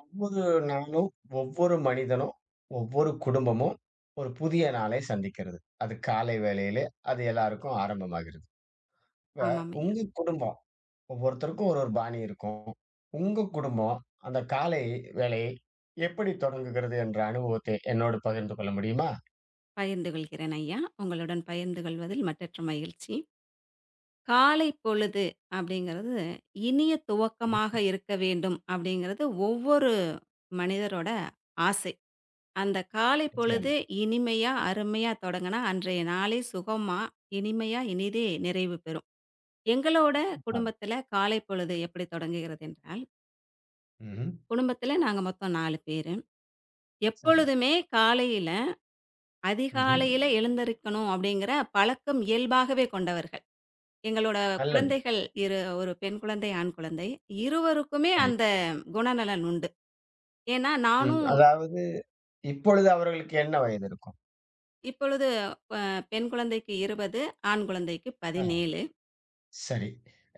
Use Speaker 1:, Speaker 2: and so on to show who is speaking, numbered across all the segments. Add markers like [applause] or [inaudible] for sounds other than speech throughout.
Speaker 1: ஒவ்வொரு நாளும், ஒவ்வொரு மனிதனும், ஒவ்வொரு குடும்பமும் ஒரு புதிய நாளை சந்திக்கிறது. அது காலை வேளையிலே அது எல்லாருக்கும் ஆரம்பமாகிறது. இப்ப
Speaker 2: ஆமாம் ஐயா.
Speaker 1: உங்க குடும்பம் ஒவ்வொருத்தருக்கும் ஒரு ஒரு பாணி இருக்கும். உங்க குடும்பம் அந்த காலை வேலை எப்படி தொடங்குகிறது என்ற அனுபவத்தை என்னோடு பகிர்ந்து கொள்ள முடியுமா?
Speaker 2: பகிர்ந்து கொள்கிறேன் ஐயா. உங்களுடன் பகிர்ந்து கொள்வதில் மட்டற்ற மகிழ்ச்சி. காலை பொழுது அப்படிங்கிறது, இனிய துவக்கமாக
Speaker 1: ம்ஹ்ம்.
Speaker 2: இருக்க வேண்டும் அப்படிங்கிறது ஒவ்வொரு மனிதரோட ஆசை. அந்த காலை
Speaker 1: நிச்சயமா.
Speaker 2: பொழுது இனிமையா, அருமையா தொடங்குனா, அன்றைய நாளே சுகமா, இனிமையா, இனிதே நிறைவு பெறும். எங்களோட குடும்பத்தில காலை பொழுது எப்படி தொடங்குகிறது என்றால்,
Speaker 1: ம்ஹ்ம்.
Speaker 2: குடும்பத்தில நாங்க மொத்தம் 4 பேரு.
Speaker 1: சரி.
Speaker 2: எப்பொழுதுமே காலையில்
Speaker 1: ம்ஹ்ம்.
Speaker 2: அதிகாலையில எழுந்திருக்கணும் அப்படிங்கிற பழக்கம் இயல்பாகவே கொண்டவர்கள். எங்களோட
Speaker 1: நல்லது.
Speaker 2: குழந்தைகள் ஒரு பெண் குழந்தை, ஆண் குழந்தை. இருவருக்குமே
Speaker 1: சரி.
Speaker 2: அந்த குணநலன் உண்டு. ஏன்னா
Speaker 1: ம்.
Speaker 2: நானும்
Speaker 1: அதாவது இப்பொழுது அவர்களுக்கு என்ன வயது இருக்கும்?
Speaker 2: இப்பொழுது பெண் குழந்தைக்கு 20, ஆண் குழந்தைக்கு 17.
Speaker 1: சரி.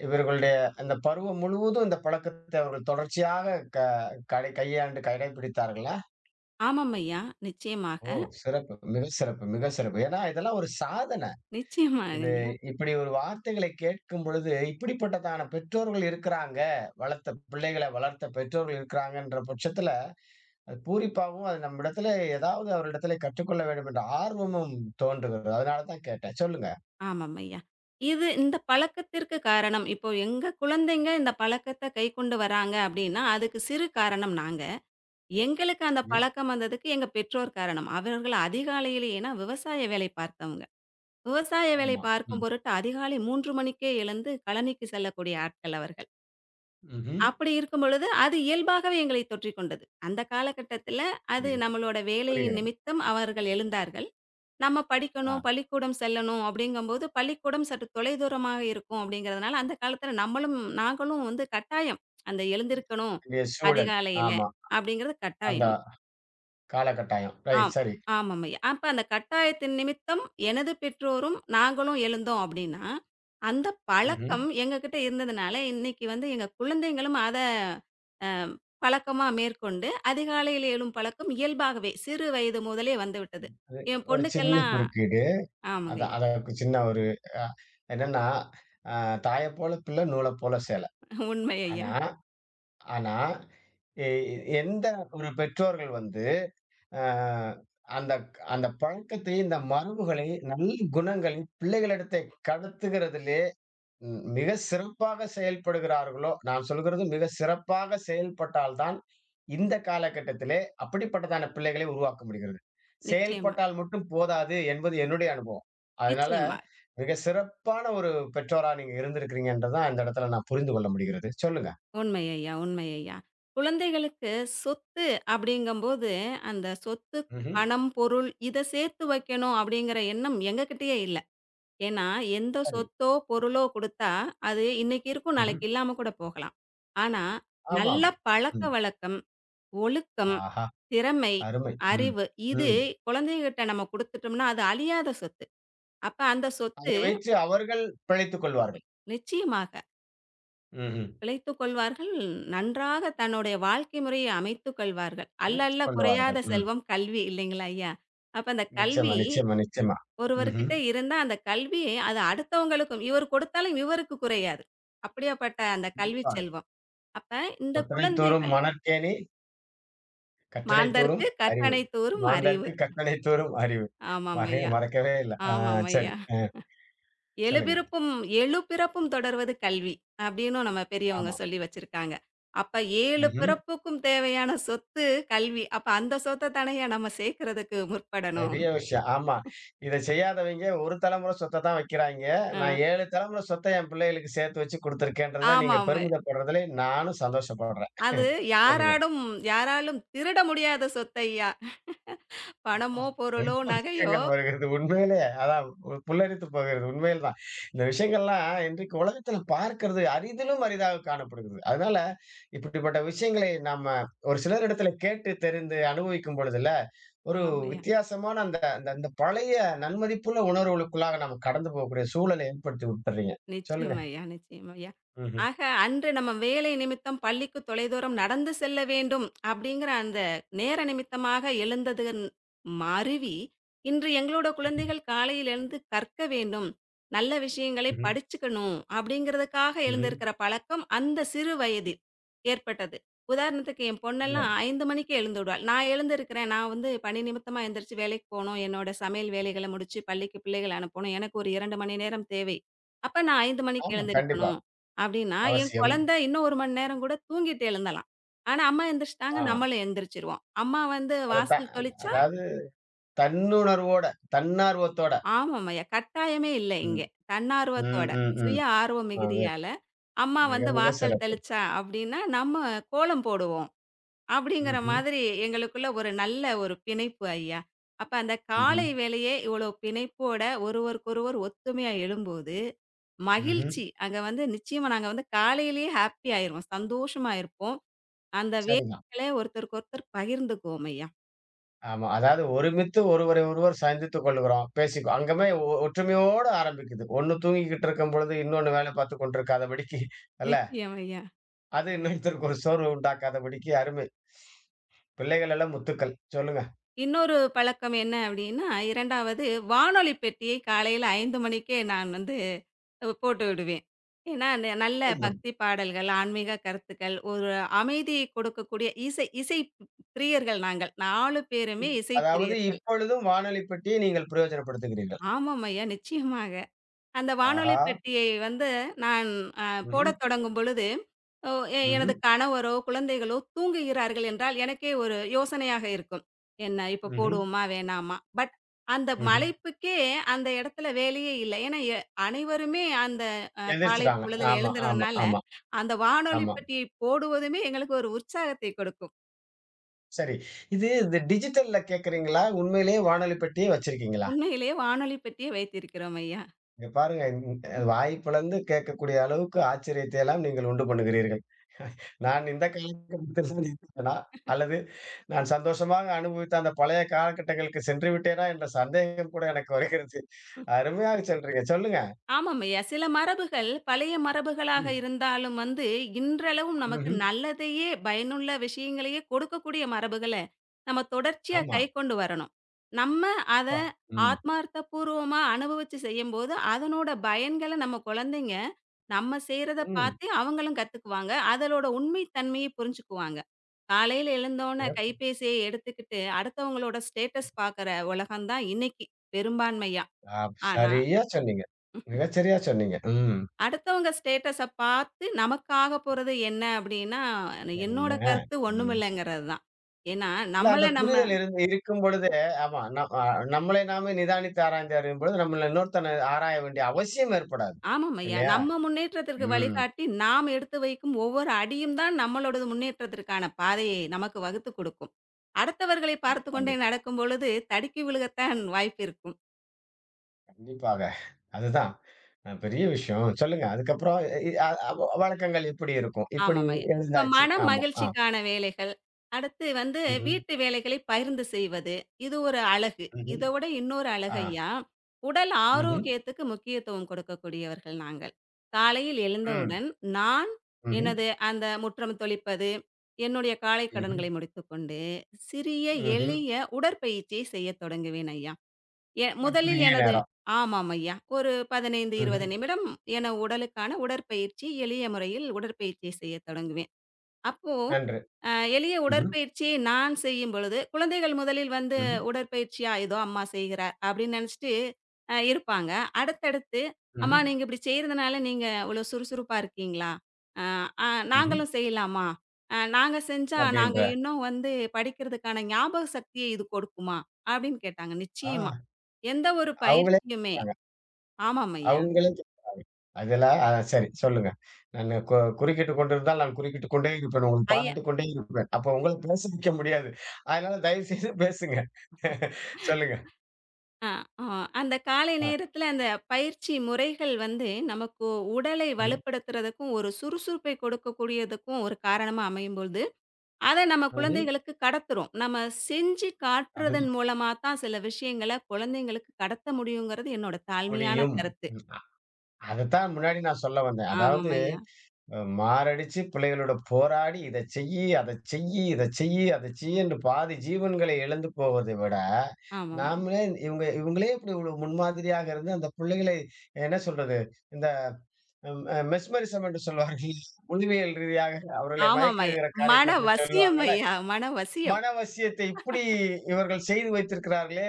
Speaker 1: இவர்களுடைய அந்த பருவம் முழுவதும் இந்த பழக்கத்தை அவர்கள் தொடர்ச்சியாக க கடை கடைபிடித்தார்களா?
Speaker 2: ஆமாம் ஐயா, நிச்சயமாக.
Speaker 1: ஓ! சிறப்பு. மிக சிறப்பு, மிக சிறப்பு. ஏன்னா, இதெல்லாம் ஒரு சாதனை.
Speaker 2: நிச்சயமாக
Speaker 1: இது
Speaker 2: ஐயா.
Speaker 1: இப்படி ஒரு வார்த்தைகளை கேட்கும் பொழுது, இப்படிப்பட்டதான பெற்றோர்கள் இருக்கிறாங்க. வளர்த்த பெற்றோர்கள் இருக்கிறாங்கன்ற பட்சத்தில, அது பூரிப்பாவும் அது நம்மிடத்திலே ஏதாவது அவரிடத்திலே கற்றுக்கொள்ள வேண்டும் என்ற ஆர்வமும் தோன்றுகிறது. அதனால தான் கேட்டேன். சொல்லுங்க.
Speaker 2: ஆமாம் ஐயா. இந்த பழக்கத்திற்கு காரணம் இப்போ எங்க குழந்தைங்க இந்த பழக்கத்த கைக்கொண்டு வராங்க அப்படின்னா, அதுக்கு சிறு காரணம் நாங்க. எங்களுக்கு அந்த
Speaker 1: சரி.
Speaker 2: பழக்கம் வந்ததுக்கு எங்க பெற்றோர் காரணம். அவர்கள் அதிகாலையிலே ஏன்னா விவசாய வேலை பார்த்தவங்க. விவசாய வேலை
Speaker 1: ஆமா.
Speaker 2: பார்க்கும்
Speaker 1: ம்.
Speaker 2: பொருட்டு அதிகாலை 3 மணிக்கே எழுந்து கழனிக்கு செல்லக்கூடிய ஆட்கள் அவர்கள்.
Speaker 1: ம்ஹ்ம்.
Speaker 2: அப்படி இருக்கும் பொழுது, அது இயல்பாகவே எங்களை தொற்றிக் கொண்டது. அந்த காலகட்டத்தில அது
Speaker 1: புரிகிறது,
Speaker 2: நம்மளோட வேலையின்
Speaker 1: புரிகிறது.
Speaker 2: நிமித்தம் அவர்கள் எழுந்தார்கள். நம்ம
Speaker 1: ஆ.
Speaker 2: படிக்கணும், பள்ளிக்கூடம் செல்லணும் அப்படிங்கும்போது, பள்ளிக்கூடம் சற்று தொலைதூரமாக இருக்கும் அப்படிங்கிறதுனால, அந்த காலத்தில நம்மளும் நாங்களும் வந்து கட்டாயம் அந்த எழுந்திருக்கணும்
Speaker 1: இன்றைய சூழல்.
Speaker 2: அதிகாலையில
Speaker 1: ஆமா.
Speaker 2: அப்படிங்கிறது
Speaker 1: அந்த
Speaker 2: கட்டாயம்.
Speaker 1: கால கட்டாயம். ரைட்
Speaker 2: ஆம்.
Speaker 1: சரி.
Speaker 2: ஆமாமா. அப்ப அந்த கட்டாயத்தின் நிமித்தம் எனது பெற்றோரும், நாங்களும் எழுந்தோம் அப்டின்னா, அந்த
Speaker 1: ம்ஹ்ம்.
Speaker 2: பழக்கம் எங்ககிட்ட இருந்ததுனால, இன்னைக்கு வந்து எங்க குழந்தைகளும் அத அ பழக்கமா மேற்கொண்டு, அதிகாலையில எழும் பழக்கம் இயல்பாகவே சிறு வயது முதலே வந்துவிட்டது.
Speaker 1: அது
Speaker 2: என்
Speaker 1: ஒரு சின்ன
Speaker 2: பொண்ணுக்கெல்லாம்
Speaker 1: குறுக்கீடு.
Speaker 2: ஆமாங்க
Speaker 1: அதான்
Speaker 2: ஐயா.
Speaker 1: அதற்கு சின்ன ஒரு அ என்னன்னா, அ தாயைப் போல பிள்ளை, நூலைப் போல சேலை.
Speaker 2: உண்மை ஐயா.
Speaker 1: ஆனா ஆனா எ எ- எந்த ஒரு பெற்றோர்கள் வந்து அ அந்த அந்த பழக்கத்தை, இந்த மரபுகளை, நல்ல குணங்களை பிள்ளைகளிடத்தை கடத்துகிறதிலே ம், மிக சிறப்பாக செயல்படுகிறார்களோ, நான் சொல்கிறது மிக சிறப்பாக செயல்பட்டால் தான், இந்த காலகட்டத்திலே அப்படிப்பட்டதான பிள்ளைகளை உருவாக்க முடிகிறது.
Speaker 2: நிச்சயமா,
Speaker 1: செயல்பட்டால் மட்டும் போதாது என்பது என்னுடைய அனுபவம். அதனால
Speaker 2: நிச்சயமா.
Speaker 1: மிக சிறப்பான ஒரு பெற்றோரா நீங்க இருந்திருக்கிறீங்கன்றது தான் இந்த இடத்துல நான் புரிந்து கொள்ள முடிகிறது. சொல்லுங்க.
Speaker 2: உண்மை ஐயா, உண்மை ஐயா. குழந்தைகளுக்கு சொத்து அப்படிங்கம்போது, அந்த சொத்து,
Speaker 1: ம்ஹ்ம்.
Speaker 2: பணம், பொருள் இத சேர்த்து வைக்கணும் அப்படிங்கிற எண்ணம் எங்ககிட்டயே இல்ல. ஏன்னா, எந்த
Speaker 1: சரி.
Speaker 2: சொத்தோ, பொருளோ குடுத்தா, அது இன்னைக்கு இருக்கும்,
Speaker 1: ம்ஹ்ம்.
Speaker 2: நாளைக்கு இல்லாம கூட போகலாம். ஆனா, நல்ல
Speaker 1: ஆமாம். ம்.
Speaker 2: பழக்கவழக்கம், ஒழுக்கம்,
Speaker 1: ஆஹா!
Speaker 2: திறமை,
Speaker 1: அருமை. ம்.
Speaker 2: அறிவு இது
Speaker 1: ம்.
Speaker 2: குழந்தைகிட்ட நம்ம குடுத்துட்டோம்னா, அது அழியாத சொத்து. அப்ப அந்த சொத்து
Speaker 1: அதை வைத்து அவர்கள் பிழைத்துக் கொள்வார்கள்.
Speaker 2: நிச்சயமாக
Speaker 1: ம்ஹ்ம்.
Speaker 2: பிழைத்துக் கொள்வார்கள். நன்றாக தன்னுடைய வாழ்க்கை முறையை அமைத்துக் கொள்வார்கள். "அல்ல அல்ல
Speaker 1: அமைத்துக் கொள்வார்கள்.
Speaker 2: குறையாத
Speaker 1: ம்.
Speaker 2: செல்வம் கல்வி" இல்லைங்களா ஐயா? அப்ப அந்த
Speaker 1: நிச்சயமா,
Speaker 2: கல்வி
Speaker 1: நிச்சயமா, நிச்சயமா. ம்ஹ்ம்.
Speaker 2: ஒருவர்கிட்ட இருந்தா, அந்த கல்வி அது அடுத்தவங்களுக்கும் இவர் கொடுத்தாலும் இவருக்கு குறையாது. அப்படியாப்பட்ட அந்த கல்வி
Speaker 1: அதான்.
Speaker 2: செல்வம். அப்ப இந்த
Speaker 1: "தொட்டனை தோறும்
Speaker 2: குழந்தைகள்
Speaker 1: மணற்கேணி, கற்றனை தோறும்
Speaker 2: "மாந்தர்க்கு
Speaker 1: அறிவு.
Speaker 2: கற்றனை தூறும் அறிவு."
Speaker 1: மாந்தர்க்கு கற்றனை தோறும் அறிவு."
Speaker 2: ஆமாம்
Speaker 1: மறக்க
Speaker 2: ஐயா,
Speaker 1: மறக்கவே இல்ல. ஆ
Speaker 2: ஆமாம்
Speaker 1: சரி.
Speaker 2: ஐயா.
Speaker 1: சொல்லுங்க.
Speaker 2: எழுபிறப்பும் எழு பிறப்பும் தொடர்வது கல்வி அப்படின்னும் நம்ம பெரியவங்க
Speaker 1: ஆமா.
Speaker 2: சொல்லி வச்சிருக்காங்க. அப்ப 7
Speaker 1: ம்ஹ்ம்.
Speaker 2: பிறப்புக்கும் தேவையான சொத்து கல்வி. அப்ப அந்த சொத்த தானயா நம்ம சேர்க்கறதுக்கு முற்படணும்.
Speaker 1: பெரிய விஷயம். ஆமா. இத செய்யாதவங்க ஒரு தலைமுறை சொத்த தான் வைக்கிறாய்ங்க.
Speaker 2: அ
Speaker 1: நான் 7 தலைமுறை சொத்த என் பிள்ளைகளுக்கு சேர்த்து வச்சு குடுத்துருக்கேன்றதுல நீங்க
Speaker 2: ஆமாமா.
Speaker 1: பெருமிதப்படுறதுல நானும் சந்தோஷப்படுறேன்.
Speaker 2: அது
Speaker 1: [laughs] சொல்லுங்க.
Speaker 2: யாராடும் யாராலும் திருட முடியாத சொத்தையா. பணமோ, பொருளோ,
Speaker 1: ரொம்ப
Speaker 2: நகையோ
Speaker 1: வெட்கங்கள் வருகிறது. உண்மையிலே அதான் புல்லரித்து போகிறது. உண்மையில் தான். இந்த விஷயங்கள்லாம் இன்றைக்கு உலகத்தில பார்க்கிறது அரிதிலும் அரிதாக காணப்படுகிறது. அதனால இப்படிப்பட்ட விஷயங்களை நாம ஒரு சிலரிடத்துல கேட்டு தெரிந்து அனுபவிக்கும் பொழுதுல, ஒரு
Speaker 2: ஆமாம்யா.
Speaker 1: வித்தியாசமான அந்த அந்த அந்த பழைய நன்மதிப்புள்ள உணர்வுகளுக்குள்ளாக நம்ம கடந்து போகக்கூடிய சூழலை ஏற்படுத்தி விட்டுறீங்க. சொல்லுங்க.
Speaker 2: நிச்சயமாய்யா, நிச்சயமாய்யா.
Speaker 1: ம்ஹ்ம்.
Speaker 2: ஆக அன்று நம்ம வேலை நிமித்தம் பள்ளிக்கு தொலைதூரம் நடந்து செல்ல வேண்டும் அப்படிங்கிற அந்த நேர நிமித்தமாக எழுந்ததன் மருவி, இன்று எங்களோட குழந்தைகள் காலையில் எழுந்து கற்க வேண்டும், நல்ல விஷயங்களை
Speaker 1: ம்ஹ்ம்.
Speaker 2: படிச்சுக்கணும் அப்படிங்கிறதுக்காக
Speaker 1: ம்ஹ்ம்.
Speaker 2: எழுந்திருக்கிற பழக்கம் அந்த சிறு வயதில் ஏற்பட்டது. உதாரணத்துக்கு என்
Speaker 1: இல்ல.
Speaker 2: பொண்ணெல்லாம் 5 மணிக்கு எழுந்துடுவாள். நான் எழுந்திருக்கிறேன். நான் வந்து பணி நிமித்தமா எந்திரிச்சு வேலைக்கு போணும். என்னோட சமையல் வேலைகள முடிச்சு பள்ளிக்கு பிள்ளைகள அனுப்பணும். எனக்கு ஒரு 2 மணி நேரம் தேவை. அப்ப நான் 5 மணிக்கு
Speaker 1: ஆமா. கண்டிப்பா.
Speaker 2: எழுந்திரிக்கணும். அப்டின்னா, என்
Speaker 1: அவசியம்.
Speaker 2: குழந்தை இன்னும் 1 மணி நேரம் கூட தூங்கிட்டு எழுந்தலாம். ஆனா, அம்மா எந்திரிச்சுட்டாங்க,
Speaker 1: ஆ.
Speaker 2: நம்மளும் எந்திரிச்சுருவோம். அம்மா வந்து
Speaker 1: அதத்தான்
Speaker 2: வாசல் தொளிச்சா
Speaker 1: அதாவது தன்னுணர்வோட, தன்னார்வத்தோட.
Speaker 2: ஆமாம்மையா, கட்டாயமே இல்ல
Speaker 1: ம்.
Speaker 2: இங்க.
Speaker 1: ம்,
Speaker 2: தன்னார்வத்தோட,
Speaker 1: ம்,
Speaker 2: சுய
Speaker 1: ம்.
Speaker 2: ஆர்வ
Speaker 1: ஆ மிக
Speaker 2: மிகுதியால, அம்மா
Speaker 1: மிக
Speaker 2: வந்து
Speaker 1: மிக
Speaker 2: வாசல்
Speaker 1: சிறப்பு.
Speaker 2: தெளிச்சா அப்டின்னா, நம்ம கோலம் போடுவோம். அப்படிங்கிற
Speaker 1: ம்ஹ்ம்,
Speaker 2: மாதிரி எங்களுக்குள்ள ஒரு நல்ல ஒரு பிணைப்பு ஐயா. அப்ப அந்த
Speaker 1: ம்ஹ்ம்,
Speaker 2: காலை வேளையே இவ்வளோ பிணைப்போட ஒருவருக்கொருவர் ஒத்துமையா எழும்போது,
Speaker 1: ம்ஹ்ம்.
Speaker 2: மகிழ்ச்சி அங்க வந்து நிச்சயமா நாங்க வந்து காலையிலேயே ஹாப்பி ஆயிருவோம். சந்தோஷமா இருப்போம். அந்த
Speaker 1: சரிதான்.
Speaker 2: வேலைகள ஒருத்தருக்கு ஒருத்தர் பகிர்ந்துக்குவோம் ஐயா.
Speaker 1: ஆமா. அதாவது ஒருமித்து ஒருவரை ஒருவர் சந்தித்துக் கொள்கிறோம். பேசிக்கோ அங்கமே ஒற்றுமையோட ஆரம்பிக்குது. ஒண்ணு தூங்கிக்கிட்டு இருக்கும்பொழுது, இன்னொன்னு வேலை பார்த்துக் கொண்டிருக்காதபடிக்கு அல்ல.
Speaker 2: நிச்சயம் ஐயா.
Speaker 1: அது இன்னொருத்தருக்கு ஒரு சோர்வு உண்டாக்காதபடிக்கு அருமை. பிள்ளைகள் எல்லாம் முத்துக்கள். சொல்லுங்க.
Speaker 2: இன்னொரு பழக்கம் என்ன அப்டின்னா, 2வது வானொலி பெட்டியை காலையில 5 மணிக்கே நான் வந்து போட்டு விடுவேன். ஏன்னா, நல்ல
Speaker 1: இருந்தும்.
Speaker 2: பக்தி பாடல்கள், ஆன்மீக கருத்துக்கள், ஒரு அமைதியை கொடுக்கக்கூடிய இசை இசை பிரியர்கள் நாங்கள். 4 பேருமே இசை
Speaker 1: அதாவது
Speaker 2: பிரியர்கள்.
Speaker 1: இப்பொழுதும் வானொலி பெட்டியை நீங்கள் பிரயோஜனப்படுத்துகிறீர்கள்.
Speaker 2: ஆமாம் ஐயா, நிச்சயமாக. அந்த வானொலி
Speaker 1: ஆஹா!
Speaker 2: பெட்டியை வந்து நான் அ
Speaker 1: ம்ஹ்ம்,
Speaker 2: போடத் தொடங்கும் பொழுது, ஒ எ
Speaker 1: ம்ஹ்ம்,
Speaker 2: எனது கணவரோ, குழந்தைகளோ தூங்குகிறார்கள் என்றால் எனக்கே ஒரு யோசனையாக இருக்கும். என்ன இப்ப
Speaker 1: ம்ஹ்ம்,
Speaker 2: போடுவோமா? வேணாமா? அந்த
Speaker 1: ம்ஹ்ம்.
Speaker 2: மலைப்புக்கே அந்த இடத்துல வேலையே இல்ல. ஏன்னா அனைவருமே அந்த காலை
Speaker 1: எந்திரிச்சுட்டாங்க.
Speaker 2: பொழுதில
Speaker 1: ஆமா, ஆமா,
Speaker 2: எழுந்துறதுனால,
Speaker 1: ஆமா,
Speaker 2: அந்த வானொலி
Speaker 1: ஆமா.
Speaker 2: பெட்டியை போடுவதுமே எங்களுக்கு ஒரு உற்சாகத்தை கொடுக்கும்.
Speaker 1: சரி. இது இந்த டிஜிட்டல்ல கேட்கிறீங்களா? உண்மையிலேயே வானொலி பெட்டியே வச்சிருக்கீங்களா?
Speaker 2: உண்மையிலேயே வானொலி பெட்டியை வைத்திருக்கிறோம் ஐயா.
Speaker 1: இங்க பாருங்க இந்த வாய் பிளந்து கேட்கக்கூடிய அளவுக்கு ஆச்சரியத்தை எல்லாம் நீங்கள் உண்டு பண்ணுகிறீர்கள். நான் இந்த காலகட்டத்தில் தான் இருக்கிறேனா? அல்லது நான் சந்தோஷமாக அனுபவித்த அந்த பழைய காலகட்டங்களுக்கு சென்று விட்டேனா என்ற சந்தேகம் கூட எனக்கு வருகிறது. அருமையாக சொல்றீங்க. சொல்லுங்க.
Speaker 2: ஆமாம்யா. சில மரபுகள் பழைய மரபுகளாக
Speaker 1: ம்.
Speaker 2: இருந்தாலும் வந்து, இன்றளவும் நமக்கு
Speaker 1: ம்ஹ்ம்.
Speaker 2: நல்லதையே, பயனுள்ள விஷயங்களையே கொடுக்கக்கூடிய மரபுகள, நம்ம தொடர்ச்சியா
Speaker 1: ஆமா.
Speaker 2: கைக்கொண்டு வரணும். நம்ம அத
Speaker 1: அப்பா! ம்.
Speaker 2: ஆத்மார்த்தபூர்வமா அனுபவிச்சு செய்யும்போது, அதனோட பயன்கள நம்ம குழந்தைங்க, நம்ம செய்றத
Speaker 1: ம்.
Speaker 2: பாத்து அவங்களும் கத்துக்குவாங்க. அதலோட உண்மை தன்மைய புரிஞ்சுக்குவாங்க. காலையில எழுந்தோன
Speaker 1: சிறப்
Speaker 2: கைபேசிய எடுத்துக்கிட்டு, அடுத்தவங்களோட ஸ்டேட்டஸ் பாக்குற உலகம் தான் இன்னைக்கு பெரும்பான்மையா.
Speaker 1: ஆ
Speaker 2: ஆனா
Speaker 1: சரியா சொன்னீங்க. மிகச் சரியா சொன்னீங்க. ம்.
Speaker 2: அடுத்தவங்க ஸ்டேட்டஸ பார்த்து, நமக்கு ஆகப் போறது என்ன அப்டின்னா,
Speaker 1: என்ன?
Speaker 2: என்னோட கருத்து
Speaker 1: ம்.
Speaker 2: ஒண்ணுமில்லங்கிறது தான். ஏன்னா,
Speaker 1: இல்ல
Speaker 2: நம்மள
Speaker 1: அந்த
Speaker 2: நம்ம
Speaker 1: புரிதல் இருந்து இருக்கும் பொழுது, ஆமா ந அ நம்மளை நாமே நிதானித்து ஆராய்ந்து அறியும் பொழுது, நம்மள இன்னொருத்தனை ஆராய வேண்டிய அவசியம் ஏற்படாது.
Speaker 2: ஆமாம்யா.
Speaker 1: இல்லையா?
Speaker 2: நம்ம முன்னேற்றத்திற்கு
Speaker 1: ம்.
Speaker 2: வழிகாட்டி, நாம் எடுத்து வைக்கும் ஒவ்வொரு அடியும் தான் நம்மளோடது முன்னேற்றத்திற்கான பாதையை நமக்கு வகுத்துக் குடுக்கும். அடுத்தவர்களை பார்த்துக் கொண்டே
Speaker 1: கண்டிப்
Speaker 2: நடக்கும் பொழுது, தடுக்கி விழுகத்தான் வாய்ப்பு இருக்கும்.
Speaker 1: கண்டிப்பாக. அதுதான். பெரிய விஷயம். சொல்லுங்க. அதுக்கப்புறம் இ இ- அ அவ வழக்கங்கள் இப்படி இருக்கும். இப்படி
Speaker 2: ஆமாமா. இப்ப
Speaker 1: எழுந்தாச்சு.
Speaker 2: மன
Speaker 1: ஆமா. ஆ.
Speaker 2: மகிழ்ச்சிக்கான வேலைகள். அடுத்து வந்து
Speaker 1: ம்ஹ்ம்.
Speaker 2: வீட்டு வேலைகளை பகிர்ந்து செய்வது. இது ஒரு அழகு.
Speaker 1: ம்ஹ்ம்.
Speaker 2: இதவிட இன்னொரு
Speaker 1: ஆ.
Speaker 2: அழகையா, உடல்
Speaker 1: ம்ஹ்ம்.
Speaker 2: ஆரோக்கியத்துக்கு முக்கியத்துவம் கொடுக்கக்கூடியவர்கள் நாங்கள். காலையில்
Speaker 1: ம்.
Speaker 2: எழுந்தவுடன் நான்
Speaker 1: ம்ஹ்ம்.
Speaker 2: எனது அந்த முற்றம் தொளிப்பது, என்னுடைய காலை
Speaker 1: ம்ஹ்ம்.
Speaker 2: கடன்களை முடித்துக்கொண்டு, சிறிய
Speaker 1: ம்ஹ்ம்.
Speaker 2: எளிய உடற்பயிற்சியை செய்யத் தொடங்குவேன் ஐயா.
Speaker 1: ஒரு
Speaker 2: முதலில்
Speaker 1: குறுகிய
Speaker 2: எனது
Speaker 1: நேரம்.
Speaker 2: ஆமாம் ஐயா. ஒரு 15,
Speaker 1: ம்ஹ்ம்.
Speaker 2: 20 நிமிடம் என உடலுக்கான உடற்பயிற்சி எளிய முறையில் உடற்பயிற்சி செய்யத் தொடங்குவேன். அப்போ,
Speaker 1: நன்று.
Speaker 2: அ எளிய
Speaker 1: ம்ஹ்ம்.
Speaker 2: உடற்பயிற்சியை நான் செய்யும் பொழுது, குழந்தைகள் முதலில் வந்து
Speaker 1: ம்ஹ்ம்.
Speaker 2: உடற்பயிற்சியா ஏதோ அம்மா செய்கிறார் அப்படின்னு நினைச்சுட்டு இருப்பாங்க. அடுத்தடுத்து,
Speaker 1: ம்ஹ்ம்.
Speaker 2: "அம்மா நீங்க இப்படி செய்றதுனால நீங்க இவ்வளோ சுறுசுறுப்பா இருக்கீங்களா? அ அ
Speaker 1: ம்ஹ்ம்.
Speaker 2: நாங்களும் செய்யலாமா? நாங்க செஞ்சா நாங்க
Speaker 1: அப்படின்ற.
Speaker 2: இன்னும் வந்து படிக்கிறதுக்கான ஞாபக சக்தியை இது கொடுக்குமா?" அப்படின்னு கேட்டாங்க.
Speaker 1: ஆ.
Speaker 2: நிச்சயமா. எந்த ஒரு
Speaker 1: அவங்களே
Speaker 2: பயிற்சியுமே
Speaker 1: கேட்கிறாங்க.
Speaker 2: ஆமாம் ஐயா.
Speaker 1: அவங்களே அதெல்லாம் சரி சொல்லுங்க. நானு கு குறுக்கிட்டுக் கொண்டிருந்தால், நான் குறுக்கிட்டுக் கொண்டே இருப்பேன். உங்களை
Speaker 2: ஐ
Speaker 1: பாராட்டிக் கொண்டே இருப்பேன். அப்ப உங்கள பேச வைக்க முடியாது. அதனால தயவு செய்து பேசுங்க. [laughs] சொல்லுங்க.
Speaker 2: ஆ, ஆ. அந்த காலை
Speaker 1: அ.
Speaker 2: நேரத்தில அந்த பயிற்சி முறைகள் வந்து, நமக்கு உடலை
Speaker 1: ம்.
Speaker 2: வலுப்படுத்துறதுக்கும், ஒரு சுறுசுறுப்பை கொடுக்கக்கூடியதுக்கும் ஒரு காரணமா அமையும்பொழுது, அத நம்ம
Speaker 1: ம்ஹ்ம்.
Speaker 2: குழந்தைகளுக்கு கடத்துறோம். நம்ம செஞ்சு காட்டுறதன்
Speaker 1: அதுதான்
Speaker 2: மூலமா தான் சில விஷயங்கள குழந்தைங்களுக்கு கடத்த முடியுங்கிறது என்னோட தாழ்மையான
Speaker 1: முடியும்.
Speaker 2: கருத்து.
Speaker 1: ம். அதத்தான் முன்னாடி நான் சொல்ல வந்தேன். அதாவது
Speaker 2: ஆமாம் ஐயா.
Speaker 1: மாரடிச்சு பிள்ளைகளோட போராடி, இத செய்யி, அத செய்யி, இத செய்யி, அத செய்யி என்று பாதி ஜீவன்களை இழந்து போவதை விட,
Speaker 2: ஆமாம்.
Speaker 1: நாமளே இவங்களே இப்படி ஒரு முன்மாதிரியாக இருந்து அந்த பிள்ளைகளை என்ன சொல்றது? இந்த ம் அ மெஸ்மரிசம் என்று சொல்வார்கள். உளவியல் ரீதியாக அவர்களை
Speaker 2: ஆமாம் ஐயா.
Speaker 1: மயக்குகிற
Speaker 2: மன
Speaker 1: காரியத்தை அப்படி
Speaker 2: வசியம்
Speaker 1: சொல்லுவாங்கல்ல.
Speaker 2: ஐயா. மன வசியம்.
Speaker 1: மன வசியத்தை இப்படி இவர்கள் செய்து வைத்திருக்கிறார்களே,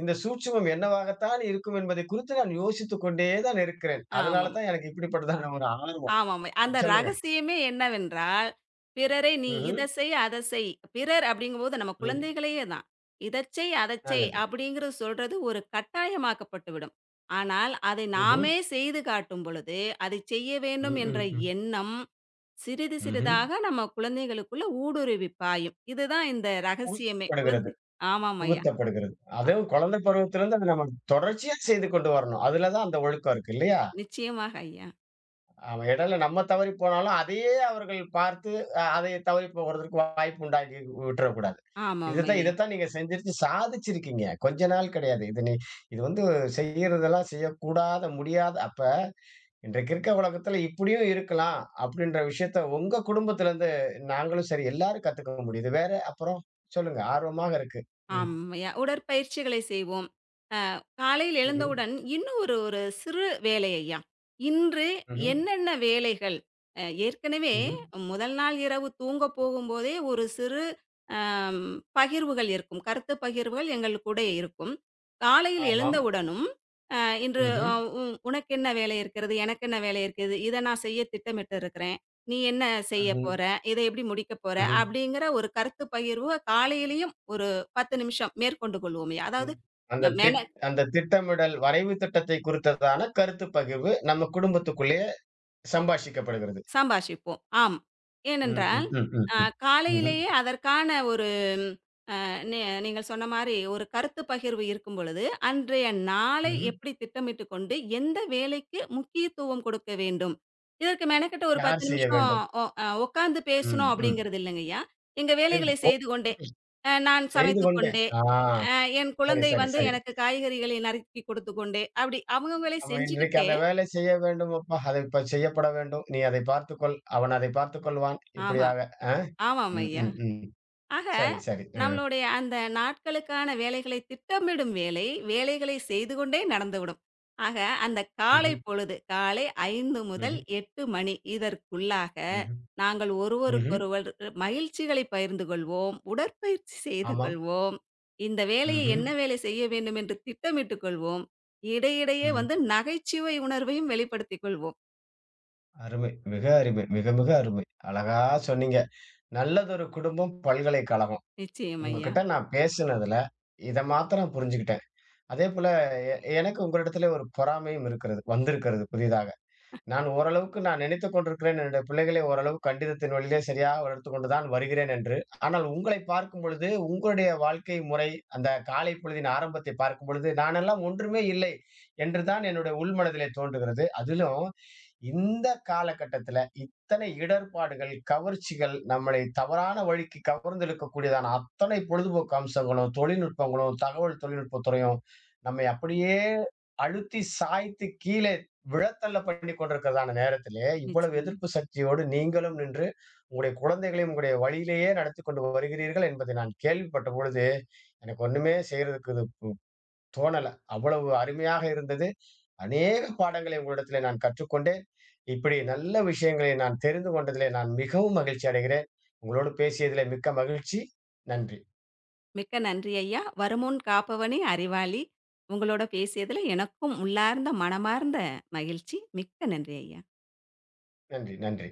Speaker 1: இந்த சூட்சுமம் என்னவாகத்தான் இருக்கும் என்பதை குறித்து நான் யோசித்துக் கொண்டே தான் இருக்கிறேன். அதனால
Speaker 2: ஆமாம்.
Speaker 1: தான் எனக்கு இப்படிப்பட்டதான ஒரு ஆர்வம்.
Speaker 2: ஆமாமா. அந்த
Speaker 1: சொல்லுங்க.
Speaker 2: ரகசியமே என்னவென்றால், பிறரை நீ
Speaker 1: ம்ஹ்ம்.
Speaker 2: இத செய், அத செய். பிறர் அப்படிங்கும்போது நம்ம
Speaker 1: ம்.
Speaker 2: குழந்தைகளையே தான். "இதச் செய், அதச் செய்"
Speaker 1: நல்லது.
Speaker 2: அப்படிங்கிறது சொல்றது ஒரு கட்டாயமாக்கப்பட்டுவிடும். ஆனால், அதை
Speaker 1: ம்ஹ்ம்.
Speaker 2: நாமே செய்து காட்டும் பொழுது, அதை செய்ய
Speaker 1: ம்,
Speaker 2: வேண்டும் என்ற
Speaker 1: ம், ம்.
Speaker 2: எண்ணம் சிறிது
Speaker 1: ம்ஹ்ம்.
Speaker 2: சிறிதாக நம்ம குழந்தைகளுக்குள்ள ஊடுருவி பாயும். இதுதான் இந்த ரகசியமே.
Speaker 1: புகுத்தப்படுகிறது,
Speaker 2: குழந்தை ஆமாம் ஐயா.
Speaker 1: புகுத்தப்படுகிறது.
Speaker 2: அ
Speaker 1: அதுவும் குழந்தை பருவத்திலிருந்து அத நம்ம தொடர்ச்சியா செய்து கொண்டு வரணும். அதுல தான் அந்த ஒழுக்கம் இருக்கு இல்லையா?
Speaker 2: நிச்சயமாக ஐயா.
Speaker 1: ஆமா. இடையில நம்ம தவறி போனாலும், அதையே அவர்கள் பார்த்து அதை தவறி போகுறதற்கு வாய்ப்பு உண்டாக்கி விட்டுறக்கூடாது.
Speaker 2: ஆமாம்
Speaker 1: இதுதான்
Speaker 2: ஐயா.
Speaker 1: இதத்தான் நீங்க செஞ்சிருச்சு சாதிச்சிருக்கீங்க. கொஞ்ச நாள் கிடையாது. இது நீ இது வந்து செய்யிறதெல்லாம் செய்யக்கூடாத, முடியாத அப்ப இன்றைக்கு இருக்க உலகத்துல இப்படியும் இருக்கலாம், அப்படின்ற விஷயத்த உங்க குடும்பத்திலருந்து நாங்களும் சரி எல்லாரும் கத்துக்க முடியுது. வேற அப்புறம் சொல்லுங்க. ஆர்வமாக இருக்கு. ம்.
Speaker 2: ஆமாம் ஐயா. உடற்பயிற்சிகளை செய்வோம். காலையில்
Speaker 1: ம்ஹ்ம்.
Speaker 2: எழுந்தவுடன் இன்னும் ஒரு ஒரு சிறு வேலை ஐயா. இன்று
Speaker 1: ம்ஹ்ம்.
Speaker 2: என்னென்ன வேலைகள்? ஏற்கனவே
Speaker 1: ம்ஹ்ம்.
Speaker 2: முதல் நாள் இரவு தூங்க போகும்போதே ஒரு சிறு அம் பகிர்வுகள் இருக்கும். கருத்து பகிர்வுகள் எங்களுக்கூட இருக்கும். காலையில்
Speaker 1: ஆமாம்.
Speaker 2: எழுந்தவுடனும், அ இன்று
Speaker 1: ம்ஹ்ம்.
Speaker 2: அ உ உனக்கு என்ன வேலை இருக்கிறது? எனக்கு என்ன வேலை இருக்கிறது? இத நான் செய்ய திட்டமிட்டு இருக்கிறேன். நீ என்ன செய்ய
Speaker 1: ம்ஹ்ம்.
Speaker 2: போற? இத எப்படி முடிக்க போற?
Speaker 1: ம்ஹ்ம்.
Speaker 2: அப்படிங்கிற ஒரு கருத்து பகிர்வு காலையிலயும் ஒரு 10 நிமிஷம் மேற்கொண்டு கொள்வோம் ஐயா. அதாவது
Speaker 1: ம். அந்த திட் அந்த திட்டமிடல் வரைவு திட்டத்தை குறித்ததான கருத்து பகிர்வு நம்ம குடும்பத்துக்குள்ளேயே சம்பாஷிக்கப்படுகிறது.
Speaker 2: சம்பாஷிப்போம். ஆம்.
Speaker 1: ம், ம்,
Speaker 2: ஏனென்றால்,
Speaker 1: ம், ம்,
Speaker 2: அ
Speaker 1: ம். ம்ஹ்ம்,
Speaker 2: காலையிலேயே அதற்கான ஒரு அ நீ நீங்கள் சொன்ன மாரி ஒரு கருத்து பகிர்வு இருக்கும் பொழுது, அன்றைய நாளை
Speaker 1: ம்ஹ்ம்.
Speaker 2: எப்படி திட்டமிட்டுக் கொண்டு, எந்த வேலைக்கு முக்கியத்துவம் கொடுக்க வேண்டும்? இதற்கு மெனக்கெட்டு ஒரு 10
Speaker 1: யார் செய்ய
Speaker 2: நிமிஷம்
Speaker 1: வேண்டும்?
Speaker 2: ஒ அ உட்கார்ந்து
Speaker 1: ம்,
Speaker 2: பேசணும்
Speaker 1: ம்.
Speaker 2: அப்படிங்கிறது இல்லைங்கய்யா. எங்க
Speaker 1: இல்
Speaker 2: வேலைகளை செய்து கொண்டே, நான்
Speaker 1: செய்து
Speaker 2: சமைத்துக்
Speaker 1: கொண்டேன்.
Speaker 2: கொண்டே,
Speaker 1: ஆ
Speaker 2: அ என்
Speaker 1: சரி,
Speaker 2: குழந்தை
Speaker 1: சரி,
Speaker 2: வந்து
Speaker 1: சரி.
Speaker 2: எனக்கு காய்கறிகளை நறுக்கி கொடுத்துக் கொண்டே, அப்படி அவங்கவங்களே
Speaker 1: ஆமா இன்றைக்கு
Speaker 2: செஞ்சுக்கிட்டே
Speaker 1: அந்த வேலை செய்ய வேண்டும் அப்பா. அது இப்ப செய்யப்பட வேண்டும். நீ அதை பார்த்துக்கொள். அவன் அதை பார்த்துக்கொள்வான்.
Speaker 2: ஆமாம்.
Speaker 1: இப்படியாக. ஆ.
Speaker 2: ஆமாம்
Speaker 1: ம்,
Speaker 2: ஐயா.
Speaker 1: ம், ம்.
Speaker 2: ஆக,
Speaker 1: சரி, சரி. அ.
Speaker 2: நம்மளுடைய அந்த நாட்களுக்கான வேலைகளை திட்டமிடும் வேலை, வேலைகளை செய்து கொண்டே நடந்துவிடும். ஆக, அந்த காலை
Speaker 1: ம்ஹ்ம்,
Speaker 2: பொழுது, காலை 5
Speaker 1: ம்ஹ்ம்,
Speaker 2: முதல் 8 மணி இதற்குள்ளாக,
Speaker 1: ம்ஹ்ம்,
Speaker 2: நாங்கள்
Speaker 1: ம்ஹ்ம்.
Speaker 2: ஒருவருக்கொருவர் மகிழ்ச்சிகளை பகிர்ந்து கொள்வோம், உடற்பயிற்சி செய்து
Speaker 1: ஆமாம்.
Speaker 2: கொள்வோம், இந்த வேலையை
Speaker 1: ம்ஹ்ம்,
Speaker 2: என்ன வேலை செய்ய வேண்டும் என்று திட்டமிட்டுக் கொள்வோம். இடையிடையே
Speaker 1: ம்.
Speaker 2: வந்து நகைச்சுவை உணர்வையும் வெளிப்படுத்திக் கொள்வோம்.
Speaker 1: அருமை. மிக அருமை. மிக, மிக அருமை. அழகா சொன்னீங்க. நல்லதொரு குடும்பம் பல்கலைக்கழகம்.
Speaker 2: நிச்சயம் ஐயா,
Speaker 1: உங்ககிட்ட நான் பேசினதுல, இத மாத்திரம் புரிஞ்சுகிட்டேன். அதேபோல எ எனக்கு உங்களிடத்திலே ஒரு பொறாமையும் இருக்கிறது. வந்திருக்கிறது புதிதாக. நான் நினைத்துக் கொண்டிருக்கிறேன். என்னுடைய பிள்ளைகளை ஓரளவு கண்டிதத்தின் வழியிலே சரியா வளர்த்துக் கொண்டு தான் வருகிறேன் என்று. ஆனால் உங்களை பார்க்கும் பொழுது, உங்களுடைய வாழ்க்கை முறை, அந்த காலை பொழுதின் ஆரம்பத்தை பார்க்கும் பொழுது, நானெல்லாம் ஒன்றுமே இல்லை என்று தான் என்னுடைய உள்மனதிலே தோன்றுகிறது. அதிலும் இந்த காலகட்டத்தில இத்தனை இடர்பாடுகள், கவர்ச்சிகள், நம்மளை தவறான வழிக்கு கவர்ந்திழுக்கக்கூடியதான அத்தனை பொழுதுபோக்கு அம்சங்களும், தொழில்நுட்பங்களும், தகவல் தொழில்நுட்பத் துறையும் நம்மை அப்படியே அழுத்தி சாய்த்து கீழ விழத்தள்ள பண்ணிக் கொண்டிருக்கிறதான நேரத்திலே, இவ்வளவு
Speaker 2: நிச்சயம்.
Speaker 1: எதிர்ப்பு சக்தியோடு நீங்களும் நின்று, உங்களுடைய குழந்தைகளையும் உங்களுடைய வழியிலேயே நடத்திக் கொண்டு வருகிறீர்கள் என்பதை நான் கேள்விப்பட்ட பொழுது, எனக்கு ஒண்ணுமே செய்யறதுக்கு இது தோணல. அவ்வளவு அருமையாக இருந்தது. அநேக பாடங்களை உங்களிடத்திலே நான் கற்றுக்கொண்டேன். இப்படி நல்ல விஷயங்களை நான் தெரிந்து கொண்டதிலே நான் மிகவும் மகிழ்ச்சி அடைகிறேன். உங்களோடு பேசியதிலே மிக்க மகிழ்ச்சி. நன்றி,
Speaker 2: மிக்க நன்றி ஐயா. வருமுன் காப்பவனே அறிவாளி. உங்களோட பேசியதுல எனக்கும் உள்ளார்ந்த, மனமார்ந்த மகிழ்ச்சி. மிக்க நன்றி ஐயா.
Speaker 1: நன்றி, நன்றி.